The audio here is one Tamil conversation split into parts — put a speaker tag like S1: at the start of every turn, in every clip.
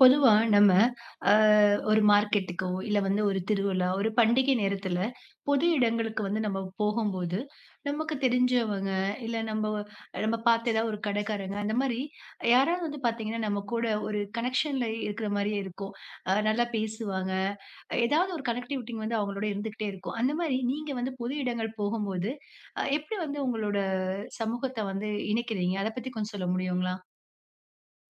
S1: பொதுவா நம்ம அ ஒரு மார்க்கெட்டுக்கோ, இல்ல வந்து ஒரு திருவிழா, ஒரு பண்டிகை நேரத்துல பொது இடங்களுக்கு வந்து நம்ம போகும்போது, நமக்கு தெரிஞ்சவங்க, இல்ல நம்ம பார்த்த ஏதாவது ஒரு கடைக்காரங்க, அந்த மாரி யாராவது வந்து பார்த்தீங்கன்னா, நம்ம கூட ஒரு கனெக்ஷன்ல இருக்கிற மாரியே இருக்கும். நல்லா பேசுவாங்க. ஏதாவது ஒரு கனெக்டிவிட்டி வந்து அவங்களோட இருந்துகிட்டே இருக்கும். அந்த மாரி நீங்க வந்து பொது இடங்கள் போகும்போது, எப்படி வந்து உங்களோட சமூகத்த வந்து இணைக்கிறீங்க? அத பத்தி கொஞ்சம் சொல்ல முடியுங்களா?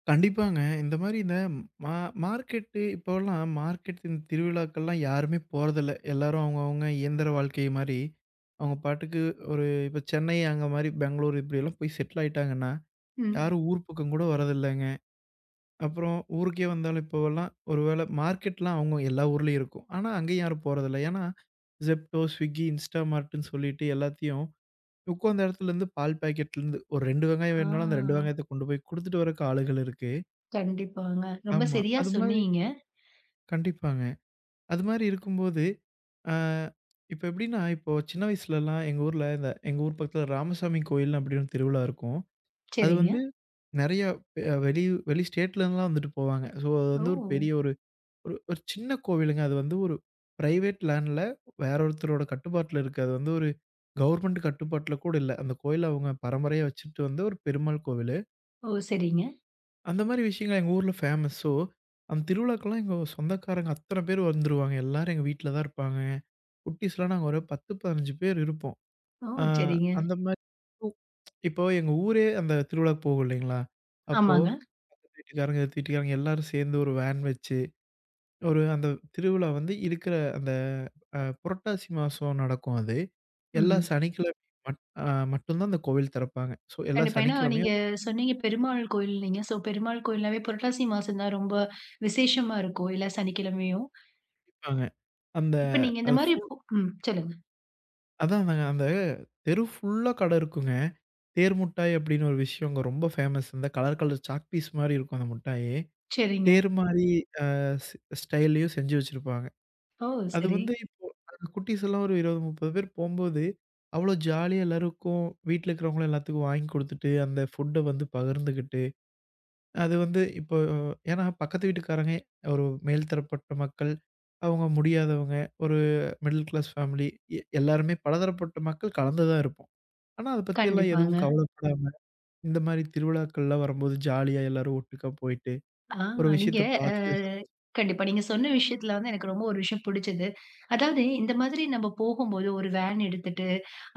S2: கண்டிப்பாங்க. இந்த மா மார்க்கெட்டு இப்போலாம் மார்க்கெட் இந்த திருவிழாக்கள்லாம் யாருமே போறதில்ல. எல்லாரும் அவங்கவங்க இயந்திர வாழ்க்கை மாரி, அவங்க பாட்டுக்கு ஒரு இப்ப சென்னை அங்க மாரி பெங்களூர் இப்படியெல்லாம் போய் செட்டில் ஆயிட்டாங்கன்னா,
S1: ம்.
S2: யாரும் ஊர் பக்கம் கூட வரதில்லங்க. அப்புறம் ஊருக்கே வந்தாலும் இப்போவெல்லாம் ஒரு வேள மார்க்கெட்லாம் அவங்க எல்லா ஊர்லயும் இருக்கும். ஆனா அங்கேயும் யாரும் போறதில்ல. ஏன்னா Zepto, Swiggy, Instamartன்னு சொல்லிட்டு எல்லாத்தையும் உட்காந்த இடத்துலருந்து பால் பாக்கெட்லேருந்து ஒரு 2 வெங்காயம்
S1: ஆ.
S2: வேணும்னாலும் அந்த 2 வெங்காயத்த கொண்டு போய் குடுத்துட்டு வரக்கு ஆளுகள் இருக்கு.
S1: கண்டிப்பாங்க. ரொம்ப
S2: ஆமா.
S1: சரியா
S2: அது மாரி
S1: சொன்னீங்க.
S2: கண்டிப்பாங்க. அது மாரி இருக்கும்போது, அ இப்ப எப்படின்னா, இப்போ சின்ன வயசுலலாம் எங்க ஊர்ல இந்த எங்க ஊர் பக்கத்துல ராமசாமி கோயில் அப்படின்னு திருவிழா இருக்கும். அது
S1: சரிங்க.
S2: வந்து நெறைய அ வெளி வெளி ஸ்டேட்லருந்துலாம் வந்துட்டு போவாங்க. ஸோ, அது
S1: ஓ!
S2: வந்து ஒரு பெரிய ஒரு ஒரு ஒரு சின்ன கோவிலுங்க. அது வந்து ஒரு பிரைவேட் லேண்ட்ல வேற ஒருத்தரோட கட்டுப்பாட்டுல இருக்கு. அது வந்து ஒரு கவர்மெண்ட் கட்டுப்பாட்டுல கூட இல்ல. அந்த கோயில அவங்க பரம்பரையா வச்சுட்டு வந்த ஒரு பெருமாள் கோவிலு.
S1: ஓ! சரிங்க.
S2: அந்த மாரி விஷயங்கள் எங்க ஊர்ல ஃபேமஸ். ஸோ, அந்த திருவிழாக்கெல்லாம் எங்க சொந்தக்காரங்க அத்தன பேர் வந்துருவாங்க. எல்லாரும் எங்க வீட்ல தான் இருப்பாங்க. குட்டீஸ்லாம் நாங்க ஒரு 10, 15 பேர் இருப்போம்.
S1: ஓ!
S2: அ
S1: சரிங்க.
S2: அந்த மாரி இப்போ எங்க ஊரே அந்த திருவிழாக்கு போகும் இல்லைங்களா? அப்போ
S1: ஆமாங்க.
S2: பக்கத்து வீட்டுக்காரங்க, எதித்த வீட்டுக்காரங்க எல்லாரும் சேர்ந்து ஒரு வேன் வச்சு, ஒரு அந்த திருவிழா வந்து இருக்கிற அந்த புரட்டாசி மாசம் நடக்கும் அது. எல்லா
S1: ம்.
S2: சனிக்கிழமை மட் அ மட்டும் தான் அந்த கோவில் திறப்பாங்க. ஸோ எல்லா
S1: கண்டிப்பா. ஏன்னா நீங்க
S2: சனிக்கிழமையும்
S1: சொன்னீங்க பெருமாள் கோயில்னீங்க. ஸோ பெருமாள் கோயில்னாவே புரட்டாசி மாசம் தான் ரொம்ப விசேஷமா இருக்கும். எல்லா சனிக்கிழமையும்.
S2: வைப்பாங்க. அந்த
S1: இப்ப நீங்க இந்த
S2: அது
S1: மாரி
S2: ஃபுல்
S1: போ ம். சொல்லுங்க.
S2: அதான் அந்த அந்த தெரு ஃபுல்லா கடை இருக்குங்க. தேர் முட்டாய் அப்படின்னு ஒரு விஷயம் அங்க ரொம்ப ஃபேமஸ். இந்த கலர் கலர் சாக் பீஸ் மாரி இருக்கும் அந்த முட்டாயி.
S1: சரிங்க.
S2: தேர் மாரி அ ஸ் ஸ்டைல்லயும் செஞ்சு வச்சிருப்பாங்க.
S1: ஓ!
S2: அது
S1: சரி.
S2: வந்து இப்போ அந்த குட்டீஸ் எல்லாம் ஒரு 20, 30 பேர் போம்போது, அவ்ளோ ஜாலியா எல்லாருக்கும் வீட்ல இருக்கிறவங்களும் எல்லாத்துக்கும் வாங்கி குடுத்துட்டு, அந்த ஃபுட்ட வந்து பகிர்ந்துகிட்டு, அது வந்து இப்போ ஏன்னா பக்கத்து வீட்டுக்காரங்க ஒரு மேல் தரப்பட்ட மக்கள், அவங்க முடியாதவங்க, ஒரு மிடில் கிளாஸ் ஃபேமிலி எல்லாருமே பலதரப்பட்ட மக்கள் கலந்து தான் இருப்போம். ஆனா அத பத்தியெல்லாம் எதுவும்
S1: கண்டிப்பாங்க.
S2: கவலைப்படாம, இந்த மாரி திருவிழாக்கள்லாம் வரும்போது ஜாலியா எல்லாரும் ஒட்டுக்கா போயிட்டு,
S1: ஆ.
S2: ஒரு
S1: நீங்க
S2: விஷயத்த
S1: அ
S2: பார்த்துட்டு சந்தோஷமா
S1: கண்டிப்பா. நீங்க சொன்ன விஷயத்துல வந்து எனக்கு ரொம்ப ஒரு விஷயம் பிடிச்சது. அதாவது இந்த மாதிரி நம்ம போகும்போது ஒரு வேன் எடுத்துட்டு,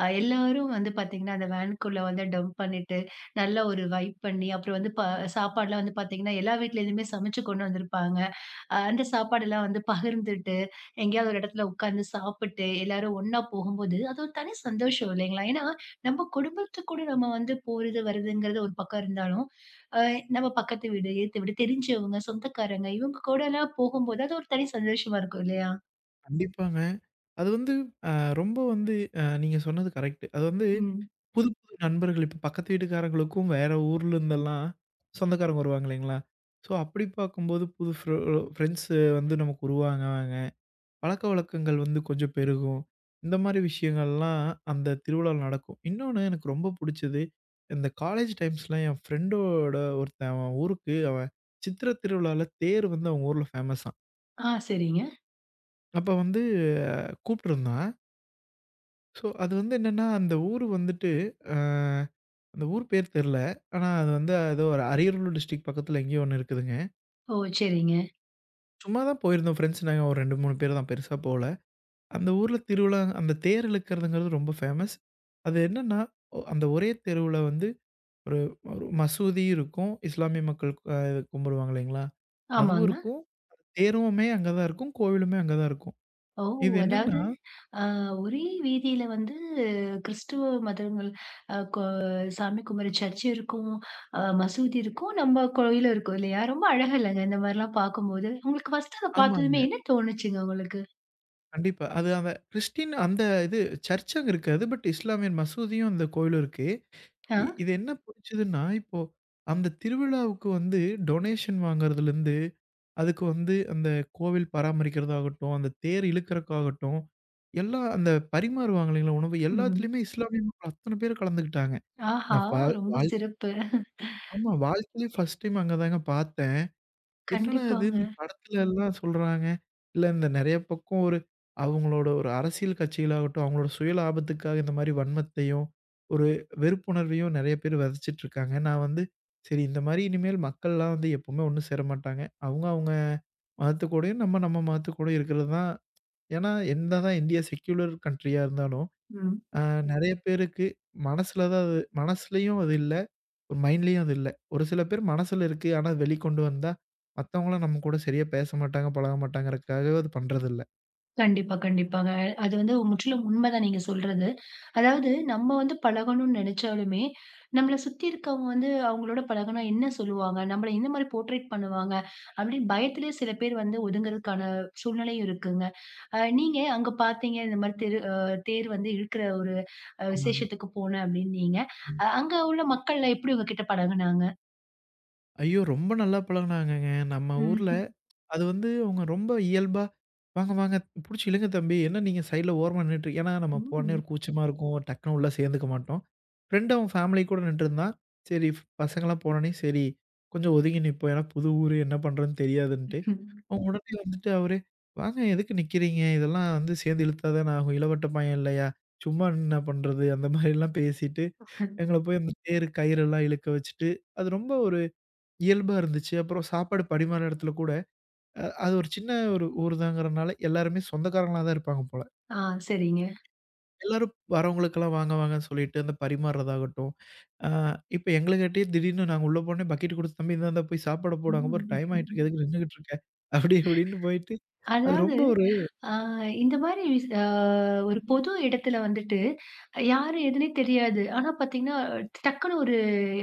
S1: எல்லாரும் வந்து பாத்தீங்கன்னா, அந்த வேனுக்குள்ள வந்து டம்ப் பண்ணிட்டு, நல்லா ஒரு வைப் பண்ணி, அப்புறம் வந்து சாப்பாடுலாம் வந்து பாத்தீங்கன்னா, எல்லா வீட்லேருந்துமே சமைச்சு கொண்டு வந்திருப்பாங்க. அந்த சாப்பாடெல்லாம் வந்து பகிர்ந்துட்டு, எங்கேயாவது ஒரு இடத்துல உட்கார்ந்து சாப்பிட்டு, எல்லாரும் ஒண்ணா போகும்போது, அது ஒரு தனி சந்தோஷம் இல்லைங்களா? ஏன்னா, நம்ம குடும்பத்து கூட நம்ம வந்து போறது, வருதுங்கிறது ஒரு பக்கம் இருந்தாலும், அ நம்ம பக்கத்து வீடு, எதித்த வீடு, தெரிஞ்சவங்க, சொந்தக்காரங்க இவங்க கூடலாம் போகும்போது, அது ஒரு தனி சந்தோஷமா இருக்கும் இல்லையா?
S2: கண்டிப்பாங்க. அது வந்து அ ரொம்ப வந்து நீங்க சொன்னது கரெக்ட்டு. அது வந்து
S1: ம்.
S2: புது புது நண்பர்கள் இப்ப பக்கத்து வீட்டுக்காரங்களுக்கும் வேற ஊர்ல இருந்தெல்லாம் சொந்தக்காரங்க வருவாங்க இல்லைங்களா? ஸோ அப்படி பார்க்கும்போது புது ஃப்ரெண்ட்ஸு வந்து நமக்கு உருவாங்குவாங்க. பழக்கவழக்கங்கள் வந்து கொஞ்சம் பெருகும். இந்த மாரி விஷயங்கள்லாம் அந்த திருவிழால நடக்கும். இன்னொன்னு எனக்கு ரொம்ப புடிச்சது, இந்த காலேஜ் டைம்ஸ்லாம் என் ஃப்ரெண்டோட ஒருத்தன் அவன் ஊருக்கு அவன் சித்திரை திருவிழால தேர் வந்து அவங்க ஊர்ல ஃபேமஸாம்.
S1: ஆ சரிங்க.
S2: அப்ப வந்து கூப்ட்டுருந்தான். ஸோ, அது வந்து என்னன்னா, அந்த ஊரு வந்துட்டு அ அந்த ஊர் பேர் தெர்ல. ஆனா அது வந்து ஏதோ ஒரு அரியலூர் டிஸ்ட்ரிக்ட் பக்கத்துல எங்கேயோ ஒண்ணு இருக்குதுங்க.
S1: ஓ! சரிங்க.
S2: சும்மா தான் போயிருந்தோம் ஃப்ரெண்ட்ஸ் நாங்க ஒரு 2, 3 பேர் தான் பெருசா போல. அந்த ஊர்ல திருவிழா அந்த தேர் இழுக்கிறதுங்கிறது ரொம்ப ஃபேமஸ். அது என்னன்னா, அந்த ஒரே தெருவுல வந்து ஒரு ஒரு மசூதி இருக்கும். இஸ்லாமிய மக்கள் கும்பிடுவாங்க இல்லைங்களா? அதுவும்
S1: ஆமாங்க.
S2: இருக்கும். தேருவுமே அங்க தான் இருக்கும். கோவிலுமே அங்க தான் இருக்கும்.
S1: ஓ!
S2: இது
S1: அதாவது,
S2: என்னன்னா
S1: அ ஒரே வீதியில வந்து கிறிஸ்துவ மதங்கள் அ கொ சாமி கும்புற சர்ச் இருக்கும், மசூதி இருக்கும், நம்ம கோயிலும் இருக்கும் இல்லையா? ரொம்ப அழகா இல்லங்க இந்த மாரிலாம் பார்க்கும்போது. உங்களுக்கு ஃபர்ஸ்ட் அத பார்த்ததுமே
S2: ஆமாங்க.
S1: என்ன தோணுச்சுங்க உங்களுக்கு?
S2: கண்டிப்பா. அது அவன் கிறிஸ்டின் அந்த இது சர்ச் அங்க இருக்காது. பட் இஸ்லாமியர் மசூதியும் அந்த கோயிலும் இருக்கு.
S1: ஆ,
S2: இது என்ன புடிச்சதுன்னா, இப்போ அந்த திருவிழாவுக்கு வந்து டொனேஷன் வாங்குறதுலேருந்து, அதுக்கு வந்து அந்த கோவில் பராமரிக்கிறதாகட்டும், அந்த தேர் இழுக்கிறக்காகட்டும், எல்லாம் அந்த பரிமாறுவாங்க இல்லைங்களா உணவு,
S1: ம்.
S2: எல்லாத்துலயுமே இஸ்லாமிய மக்கள் அத்தன பேர் கலந்துக்கிட்டாங்க.
S1: ஆஹா!
S2: நான் பா
S1: ரொம்ப
S2: வாழ்
S1: சிறப்பு.
S2: ஆமா வாழ்க்கையிலயே ஃபர்ஸ்ட் டைம் அங்க தாங்க பார்த்தேன். என்னடா இது!
S1: கண்டிப்பாங்க.
S2: இந்த படத்துல எல்லாம் சொல்றாங்க. இல்ல இந்த நெறைய பக்கம் ஒரு அவங்களோட ஒரு அரசியல் கட்சிகளாகட்டும், அவங்களோட சுய லாபத்துக்காக இந்த மாரி வன்மத்தையும், ஒரு வெறுப்புணர்வையும் நெறைய பேர் விதைச்சிட்டு இருக்காங்க. நான் வந்து சரி இந்த மாரி இனிமேல் மக்கள்லாம் வந்து எப்பவுமே ஒண்ணு சேரமாட்டாங்க. அவங்க அவங்க மதத்துக்கூடயும், நம்ம நம்ம மதத்துக்கூடயும் இருக்கிறது தான் ஏன்னா என்னதான் இந்தியா செக்யூலர் கண்ட்ரியா இருந்தாலும்,
S1: ம்.
S2: அ நெறைய பேருக்கு மனசுல தான் அது மனசுலயும் அது இல்ல. ஒரு மைண்ட்லயும் அது இல்ல. ஒரு சில பேர் மனசுல இருக்கு. ஆனா வெளிக்கொண்டு வந்தா, மத்தவங்கலாம் நம்ம கூட சரியா பேச மாட்டாங்க, பழக மாட்டாங்கறதுக்காக அது பண்றதில்ல.
S1: கண்டிப்பா, கண்டிப்பாங்க. அது வந்து முற்றிலும் உண்மைதான் நீங்க சொல்றது. அதாவது நம்ம வந்து பழகணும்னு நெனைச்சாலுமே, நம்மள சுத்தி இருக்கவங்க வந்து அவங்களோட பழகுனா என்ன சொல்லுவாங்க? நம்மள எந்த மாரி போர்ட்ரேட் பண்ணுவாங்க? அப்படின்னு பயத்திலேயே சில பேர் வந்து ஒதுங்குறதுக்கான சூழ்நிலையும் இருக்குங்க. நீங்க அங்க பார்த்தீங்க இந்த மாரி தெரு தேர் வந்து இழுக்கிற ஒரு
S2: ஆமாங்க.
S1: விசேஷத்துக்கு போனேன் அப்படின்னீங்க.
S2: ம்.
S1: அங்க உள்ள மக்கள்லாம் எப்படி உங்ககிட்ட பழகுனாங்க?
S2: ஐயோ! ரொம்ப நல்லா பழகுனாங்கங்க. நம்ம ஊர்ல
S1: ம்.
S2: அது வந்து அவங்க ரொம்ப இயல்பா, "வாங்க, வாங்க புடிச்சு இழுங்க தம்பி. என்ன நீங்க சைடுல ஓரமா நின்னுட்டு" ஏன்னா நம்ம போனோனே
S1: ம்.
S2: ஒரு கூச்சமா இருக்கும். டக்குனு உள்ள சேர்ந்துக்க மாட்டோம். ஃப்ரெண்டு அவன் ஃபேமிலி கூட நின்னுட்டுருந்தான். சரி பசங்கலாம் போனோனே, சரி கொஞ்சம் ஒதுங்கி நிப்போம். ஏன்னா புது ஊரு என்ன பண்றதுன்னு தெரியாதுன்ட்டு.
S1: ம்.
S2: அவங்க உடனே வந்துட்டு அவரு, "வாங்க எதுக்கு நிக்கிறீங்க? இதெல்லாம் வந்து சேர்ந்து இழுத்தா தானே ஆகும். இளவட்ட பையன் இல்லையா? சும்மா நின்னு என்ன பண்றது?" அந்த மாரிலாம் பேசிட்டு, எங்கள போய் அந்த தேரு கயிறெல்லாம் இழுக்க வச்சுட்டு, அது ரொம்ப ஒரு இயல்பா இருந்துச்சு. அப்புறம் சாப்பாடு பரிமாற இடத்துல கூட அது ஒரு சின்ன ஒரு ஊர் தாங்கிறனால எல்லாருமே சொந்தக்காரங்களா தான் இருப்பாங்க போல.
S1: ஆ சரிங்க.
S2: எல்லாரும் வரவங்களுக்கெல்லாம் வாங்க வாங்கன்னு சொல்லிட்டு அந்த பரிமாறுறதாகட்டும், அ இப்ப எங்களுக்காட்டியே திடீர்னு நாங்க உள்ள போனோனே பக்கெட் குடுத்து தம்பி இந்தாந்தா போய் சாப்பாடு போடு அங்க பாரு
S1: ம்.
S2: டைம் ஆயிட்டு இருக்கு எதுக்கு நின்னுகிட்டு இருக்க? அப்படி இப்படின்னு போயிட்டு அது
S1: அதாவது,
S2: ரொம்ப ஒரு
S1: ஆ இந்த மாரி விஷ் அ ஒரு பொது இடத்துல வந்துட்டு, யாரு எதுன்னே தெரியாது. ஆனா பார்த்தீங்கன்னா, டக்குனு ஒரு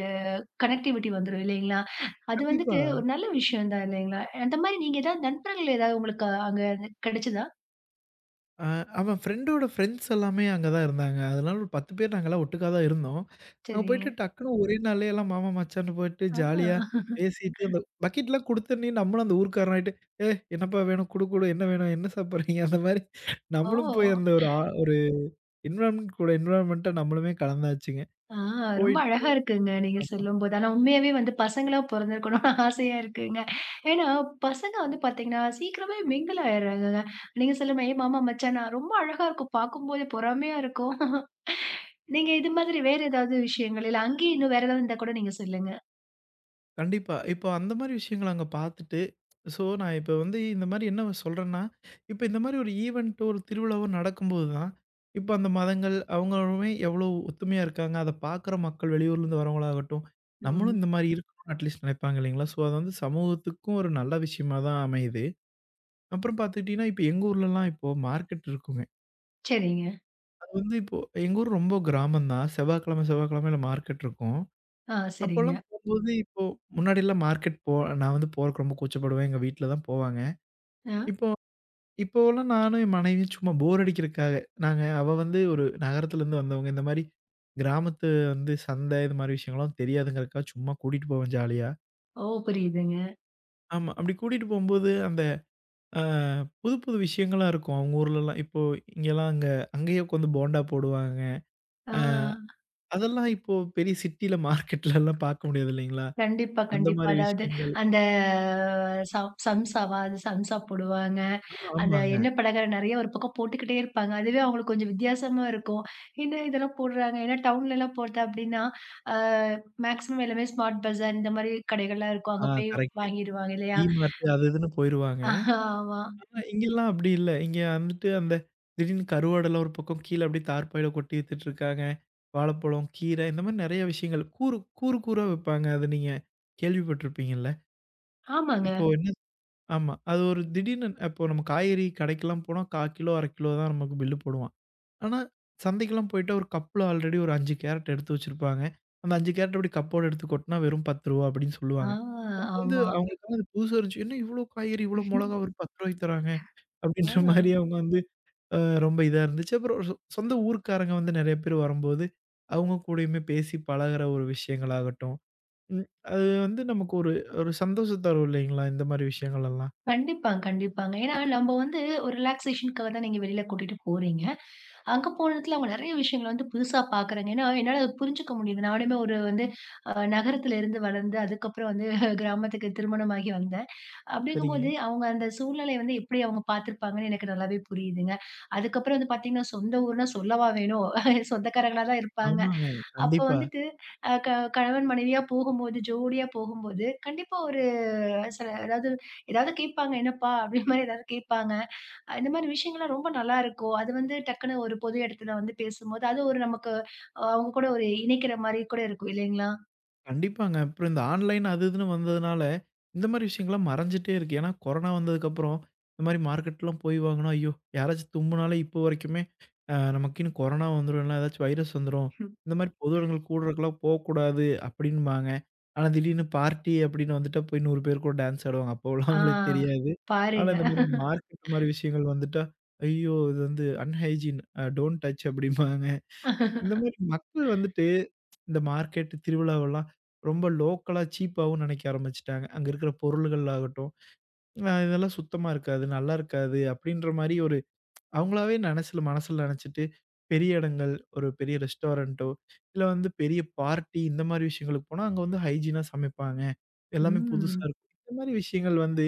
S1: அ கனெக்டிவிட்டி வந்துரும் இல்லைங்களா? அது
S2: கண்டிப்பா.
S1: வந்துட்டு ஒரு நல்ல விஷயம் தான் இல்லைங்களா? அந்த மாரி நீங்க ஏதாவது நண்பர்கள் ஏதாவது உங்களுக்கு அங்க கிடைச்சதா?
S2: அ அவன் ஃப்ரெண்டோட ஃப்ரெண்ட்ஸ் எல்லாமே அங்க தான் இருந்தாங்க. அதனால ஒரு 10 பேர் நாங்கலாம் ஒட்டுக்கா தான் இருந்தோம். அங்க
S1: சரிங்க.
S2: போயிட்டு டக்குனு ஒரே நாள்லயே எல்லாம் மாமா, மச்சான்னு போயிட்டு
S1: ஆ.
S2: ஜாலியா பேசிட்டு, அந்த பக்கெட்லாம் குடுத்தோன்னே நம்மளும் அந்த ஊர்க்காரனாயிட்டு, "ஏய் என்னப்பா வேணும்? குடு குடு. என்ன வேணும்? என்ன சாப்பிடுறீங்க?" அந்த மாரி
S1: ஓ!
S2: நம்மளும் போய் அந்த ஒரு ஒரு என்விரான்மென்ட் கூட என்விரான்மென்ட்டா நம்மளுமே கலந்தாச்சுங்க.
S1: ஆ ரொம்ப
S2: போயிட்டு
S1: அழகா இருக்குங்க நீங்க சொல்லும்போது. ஆனா உண்மையாவே வந்து பசங்களா பொறந்திருக்கணும்னு ஆசையா இருக்குங்க. ஏன்னா பசங்க வந்து பார்த்தீங்கன்னா, சீக்கிரமே மிங்கிள் ஆயிடுறாங்கங்க. நீங்க சொல்ற மாரி மாமா, மச்சான் நான் ரொம்ப அழகா இருக்கும். பார்க்கும்போதே பொறாமையா இருக்கும். நீங்க இது மாதிரி வேற ஏதாவது விஷயங்கள், இல்ல அங்கேயே இன்னும் வேற ஏதாவது இருந்தா கூட நீங்க சொல்லுங்க.
S2: கண்டிப்பா. இப்போ அந்த மாரி விஷயங்கள அங்க பார்த்துட்டு, ஸோ நான் இப்ப வந்து இந்த மாரி என்ன சொல்றேன்னா, இப்ப இந்த மாரி ஒரு ஈவென்ட்டோ, ஒரு திருவிழாவோ நடக்கும்போது தான், இப்ப அந்த மதங்கள் அவங்களுமே எவ்வளோ ஒத்துமையா இருக்காங்க. அத பார்க்குற மக்கள் வெளியூர்லேருந்து வரவங்களாகட்டும், நம்மளும்
S1: ம்.
S2: இந்த மாரி இருக்கணும்னு அட்லீஸ்ட் நினைப்பாங்க இல்லைங்களா? ஸோ, அது வந்து சமூகத்துக்கும் ஒரு நல்ல விஷயமா தான் அமையுது. அப்புறம் பார்த்துக்கிட்டீங்கன்னா, இப்ப எங்க ஊர்லலாம் இப்போ மார்க்கெட் இருக்குங்க.
S1: சரிங்க.
S2: அது வந்து இப்போ எங்க ஊர் ரொம்ப கிராமம் தான். செவ்வாய்க்கிழமை, செவ்வாய்க்கிழமையில மார்க்கெட் இருக்கும்.
S1: ஆ சரிங்க.
S2: அப்போலாம் போம்போது இப்போ முன்னாடிலாம் மார்க்கெட் போ நான் வந்து போறக்கு ரொம்ப கூச்சப்படுவேன். எங்க வீட்ல தான் போவாங்க.
S1: ஆ.
S2: இப்போ இப்போலாம் நானும் என் மனைவியும் சும்மா போர் அடிக்கிறதுக்காக, நாங்க அவ வந்து ஒரு நகரத்துலேருந்து வந்தவங்க. இந்த மாரி கிராமத்து வந்து சந்தை இது மாரி விஷயங்கள்லாம் தெரியாதுங்கிறதுக்காக சும்மா கூட்டிட்டு போவேன் ஜாலியா.
S1: ஓ! புரியுதுங்க.
S2: ஆமா. அப்படி கூட்டிட்டு போம்போது அந்த அ புது புது விஷயங்களா இருக்கும். அவங்க ஊர்லலாம். இப்போ இங்கேலாம் அங்கேயே உட்காந்து போண்டா போடுவாங்க.
S1: ஆ.
S2: அதெல்லாம் இப்போ பெரிய சிட்டில மார்க்கெட்லலாம் பார்க்க முடியாது இல்லைங்களா?
S1: கண்டிப்பா,
S2: அந்த
S1: கண்டிப்பா.
S2: மாரி
S1: அதாவது
S2: விஷயங்கள்.
S1: அந்த சம்சாவா? அது சம்சா போடுவாங்க. அந்த
S2: ஆமாங்க.
S1: எண்ணெய் பலகாரம் நெறைய ஒரு பக்கம் போட்டுக்கிட்டே இருப்பாங்க. அதுவே அவங்களுக்கு கொஞ்சம் வித்தியாசமா இருக்கும். என்ன இதெல்லாம் போடுறாங்க? ஏன்னா டவுன்லலாம் போட்டா அப்படின்னா, அ மேக்ஸிமம் எல்லாமே ஸ்மார்ட் பஜார் இந்த மாரி கடைகள்லாம் இருக்கும்.
S2: ஆ
S1: அங்க போய்
S2: கரெக்ட்.
S1: வாங்கிருவாங்க இல்லையா?
S2: டி-மார்ட் அது இதுன்னு போயிருவாங்க.
S1: ஆமா.
S2: ஆனா இங்கலாம் அப்படி இல்ல. இங்க வந்துட்டு அந்த திடீர்னு கருவாடெல்லாம் ஒரு பக்கம் கீழ அப்படியே தார்ப்பாயில கொட்டி வித்துட்டுருக்காங்க. வாழைப்பழம், கீரை இந்த மாரி நெறைய விஷயங்கள். கூறு கூறு கூறா விப்பாங்க. அது நீங்க கேள்விப்பட்டுருப்பீங்கல்ல.
S1: ஆமாங்க.
S2: இப்போ என்ன ஆமா. அது ஒரு திடீர்னு அப்போ நம்ம காய்கறி கடைக்கெல்லாம் போனா 1/4 கிலோ, 1/2 கிலோ தான் நமக்கு பில்லு போடுவான். ஆனா, சந்தைக்கெல்லாம் போயிட்டா ஒரு கப்ல ஆல்ரெடி ஒரு 5 கேரட் எடுத்து வச்சிருப்பாங்க. அந்த 5 கேரட் அப்படி கப்போட எடுத்து கொட்னா வெறும் ரூ. 10 அப்படின்னு
S1: ஆ
S2: சொல்லுவாங்க. நமக்கு வந்து
S1: ஆமா.
S2: அவங்களுக்கெல்லாம் அது புதுசா இருந்துச்சு. என்ன இவ்ளோ காய்கறி, இவ்ளோ மொளகா ஒரு ரூ. 10க்கு தராங்க அப்படின்ற மாரி
S1: ஆ.
S2: அவங்க வந்து அ ரொம்ப இதா இருந்துச்சு. அப்புறம் சொந்த ஊர்க்காரங்க வந்து நெறைய பேர் வரும்போது, அவங்க கூடயுமே பேசி பழகுற ஒரு விஷயங்களாகட்டும், ம் அது வந்து நமக்கு ஒரு ஒரு சந்தோஷம் தரும் இல்லைங்களா? இந்த மாரி விஷயங்கள் எல்லாம்.
S1: கண்டிப்பாங்க, கண்டிப்பாங்க. ஏன்னா நம்ம வந்து ஒரு ரிலாக்சேஷனுக்காக தான் நீங்க வெளியில கூட்டிட்டு போறீங்க. அங்க போன இடத்துல அவங்க நெறைய விஷயங்கள வந்து புதுசா பார்க்குறாங்க. ஏன்னா என்னால அத புரிஞ்சுக்க முடியுது. நானுமே ஒரு வந்து நகரத்துல இருந்து வளர்ந்து அதுக்கப்புறம் வந்து கிராமத்துக்கு திருமணமாகி வந்தேன்.
S2: சரிங்க.
S1: அப்படிங்கும்போது அவங்க அந்த சூழ்நிலைய வந்து எப்படி அவங்க பார்த்துருப்பாங்கன்னு எனக்கு நல்லாவே புரியுதுங்க. அதுக்கப்புறம் வந்து பார்த்தீங்கன்னா, சொந்த ஊர்னா சொல்லவா வேணும்? சொந்தக்காரங்களா தான் இருப்பாங்க.
S2: ஆமாங்க.
S1: அப்ப
S2: கண்டிப்பா.
S1: வந்துட்டு அ க கணவன் மனைவியா போகும்போது, ஜோடியா போகும்போது கண்டிப்பா சில ஏதாவது ஏதாவது கேட்பாங்க, "என்னப்பா?" அப்படின்ற மாரி ஏதாவது கேட்பாங்க. இந்த மாரி விஷயங்கள்லாம் ரொம்ப நல்லா இருக்கும். அது வந்து டக்குனு ஒரு பொது இடத்துல வந்து பேசும்போது, அது ஒரு நமக்கு அவங்க கூட ஒரு இணைக்கிற மாரி கூட இருக்கும் இல்லைங்களா?
S2: கண்டிப்பாங்க. அப்புறம் இந்த ஆன்லைன் அது இதுன்னு வந்ததுனால, இந்த மாரி விஷயங்கள்லாம் மறைஞ்சுட்டே இருக்கு. ஏன்னா கொரோனா வந்ததுக்கப்புறம், இந்த மாரி மார்க்கெட்லாம் போய் வாங்குனா, ஐயோ! யாராச்சும் தும்முனாலே இப்போ வரைக்குமே, நமக்குன்னு கொரோனா வந்துரும், இல்ல ஏதாச்சும் வைரஸ் வந்துரும்.
S1: ம்.
S2: இந்த மாரி பொது இடங்கள் கூடுறதுக்கெல்லாம் போக்கூடாது அப்படின்பாங்க. ஆனா திடீர்னு பார்ட்டி அப்படின்னு வந்துட்டா போய் 100 பேர் கூட டான்ஸ் ஆடுவாங்க. அப்போலாம்
S1: ஆ
S2: அவங்களுக்கு தெரியாது. ஆனா
S1: பாருங்க.
S2: இந்த மாரி மார்க்கெட் மாரி விஷயங்கள் வந்துட்டா, ஐயோ! இது வந்து அன்ஹைஜீன் டோன்ட் டச் அப்படிம்பாங்க. இந்த மாரி மக்கள் வந்துட்டு, இந்த மார்க்கெட் திருவிழாவெல்லாம் ரொம்ப லோக்கலா சீப்பாவும் நெனைக்க ஆரம்பிச்சுட்டாங்க. அங்க இருக்கிற பொருள்கள் ஆகட்டும், இதெல்லாம் சுத்தமா இருக்காது, நல்லா இருக்காது, அப்படின்ற மாரி ஒரு அவங்களாவே மனசுல நெனச்சுட்டு, பெரிய இடங்கள், ஒரு பெரிய ரெஸ்டாரண்ட்டோ, இல்ல வந்து பெரிய பார்ட்டி இந்த மாரி விஷயங்களுக்கு போனா, அங்க வந்து ஹைஜீனா சமைப்பாங்க. எல்லாமே புதுசா
S1: ம்.
S2: இருக்கும். இந்த மாரி விஷயங்கள் வந்து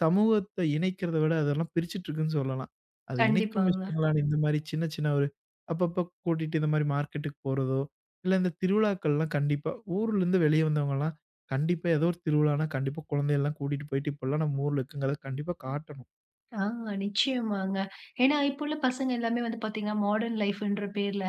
S2: சமூகத்த இணைக்கிறத விட, அதெல்லாம் பிரிச்சுட்டு இருக்குன்னு சொல்லலாம். அது இணைக்கும்
S1: கண்டிப்பாங்க.
S2: விஷயங்களான இந்த மாரி சின்ன சின்ன ஒரு அப்பப்போ கூட்டிட்டு இந்த மாரி மார்க்கெட்டுக்கு போறதோ, இல்ல இந்த திருவிழாக்கள்லாம் கண்டிப்பா ஊர்லருந்து வெளிய வந்தவங்கலாம் கண்டிப்பா ஏதோ ஒரு திருவிழான்னா, கண்டிப்பா குழந்தையெல்லாம் கூட்டிட்டு போயிட்டு, இப்படிலாம் நம்ம ஊர்ல இருக்குங்கிறத கண்டிப்பா காட்டணும்.
S1: ஆ நிச்சயமாங்க. ஏன்னா, இப்போ உள்ள பசங்க எல்லாமே வந்து பார்த்தீங்கன்னா, மாடர்ன் லைஃப்ன்ற பேர்ல,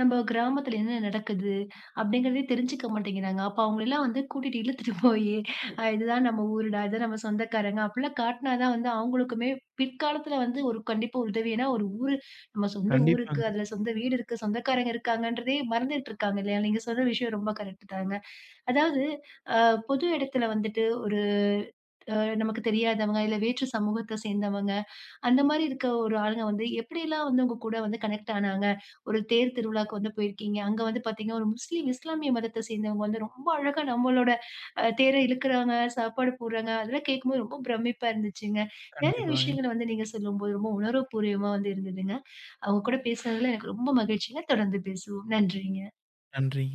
S1: நம்ம கிராமத்துல என்ன நடக்குது? அப்படிங்கிறதே தெரிஞ்சுக்க மாட்டேங்கிறாங்க. அப்ப அவங்களலாம் வந்து கூட்டிட்டு இழுத்துட்டு போயி, இதுதான் நம்ம ஊருடா, இதுதான் நம்ம சொந்தக்காரங்க அப்படிலாம் காட்டினா தான் வந்து அவங்களுக்குமே பிற்காலத்துல வந்து ஒரு கண்டிப்பா உதவி. ஏன்னா ஒரு ஊரு நம்ம சொந்த ஊருக்கு,
S2: கண்டிப்பாங்க,
S1: அதுல சொந்த வீடு இருக்கு, சொந்தக்காரங்க இருக்காங்கன்றதே மறந்துட்டு இருக்காங்க இல்லையா? நீங்க சொன்ன விஷயம் ரொம்ப கரெக்ட் தாங்க. அதாவது அ பொது இடத்துல வந்துட்டு ஒரு நமக்கு தெரியாதவங்க, இல்ல வேற்று சமூகத்த சேர்ந்தவங்க அந்த மாரி இருக்க ஒரு ஆளுங்க வந்து எப்படிலாம் வந்து உங்க கூட வந்து கனெக்ட் ஆனாங்க? ஒரு தேர் திருவிழாக்கு வந்து போயிருக்கீங்க. அங்க வந்து பார்த்தீங்கன்னா, ஒரு முஸ்லீம் இஸ்லாமிய மதத்த சேர்ந்தவங்க வந்து ரொம்ப அழகா நம்மளோட தேர இழுக்குறாங்க, சாப்பாடு போடுறாங்க. அதெல்லாம் கேட்கும்போது ரொம்ப பிரமிப்பா இருந்துச்சுங்க. நெறைய
S2: கண்டிப்பாங்க.
S1: விஷயங்கள வந்து நீங்க சொல்லும்போது ரொம்ப உணர்வுபூர்வமா வந்து இருந்ததுங்க. அவங்க கூட பேசுனதுல எனக்கு ரொம்ப மகிழ்ச்சிங்க. தொடர்ந்து பேசுவோம். நன்றிங்க.
S2: நன்றி.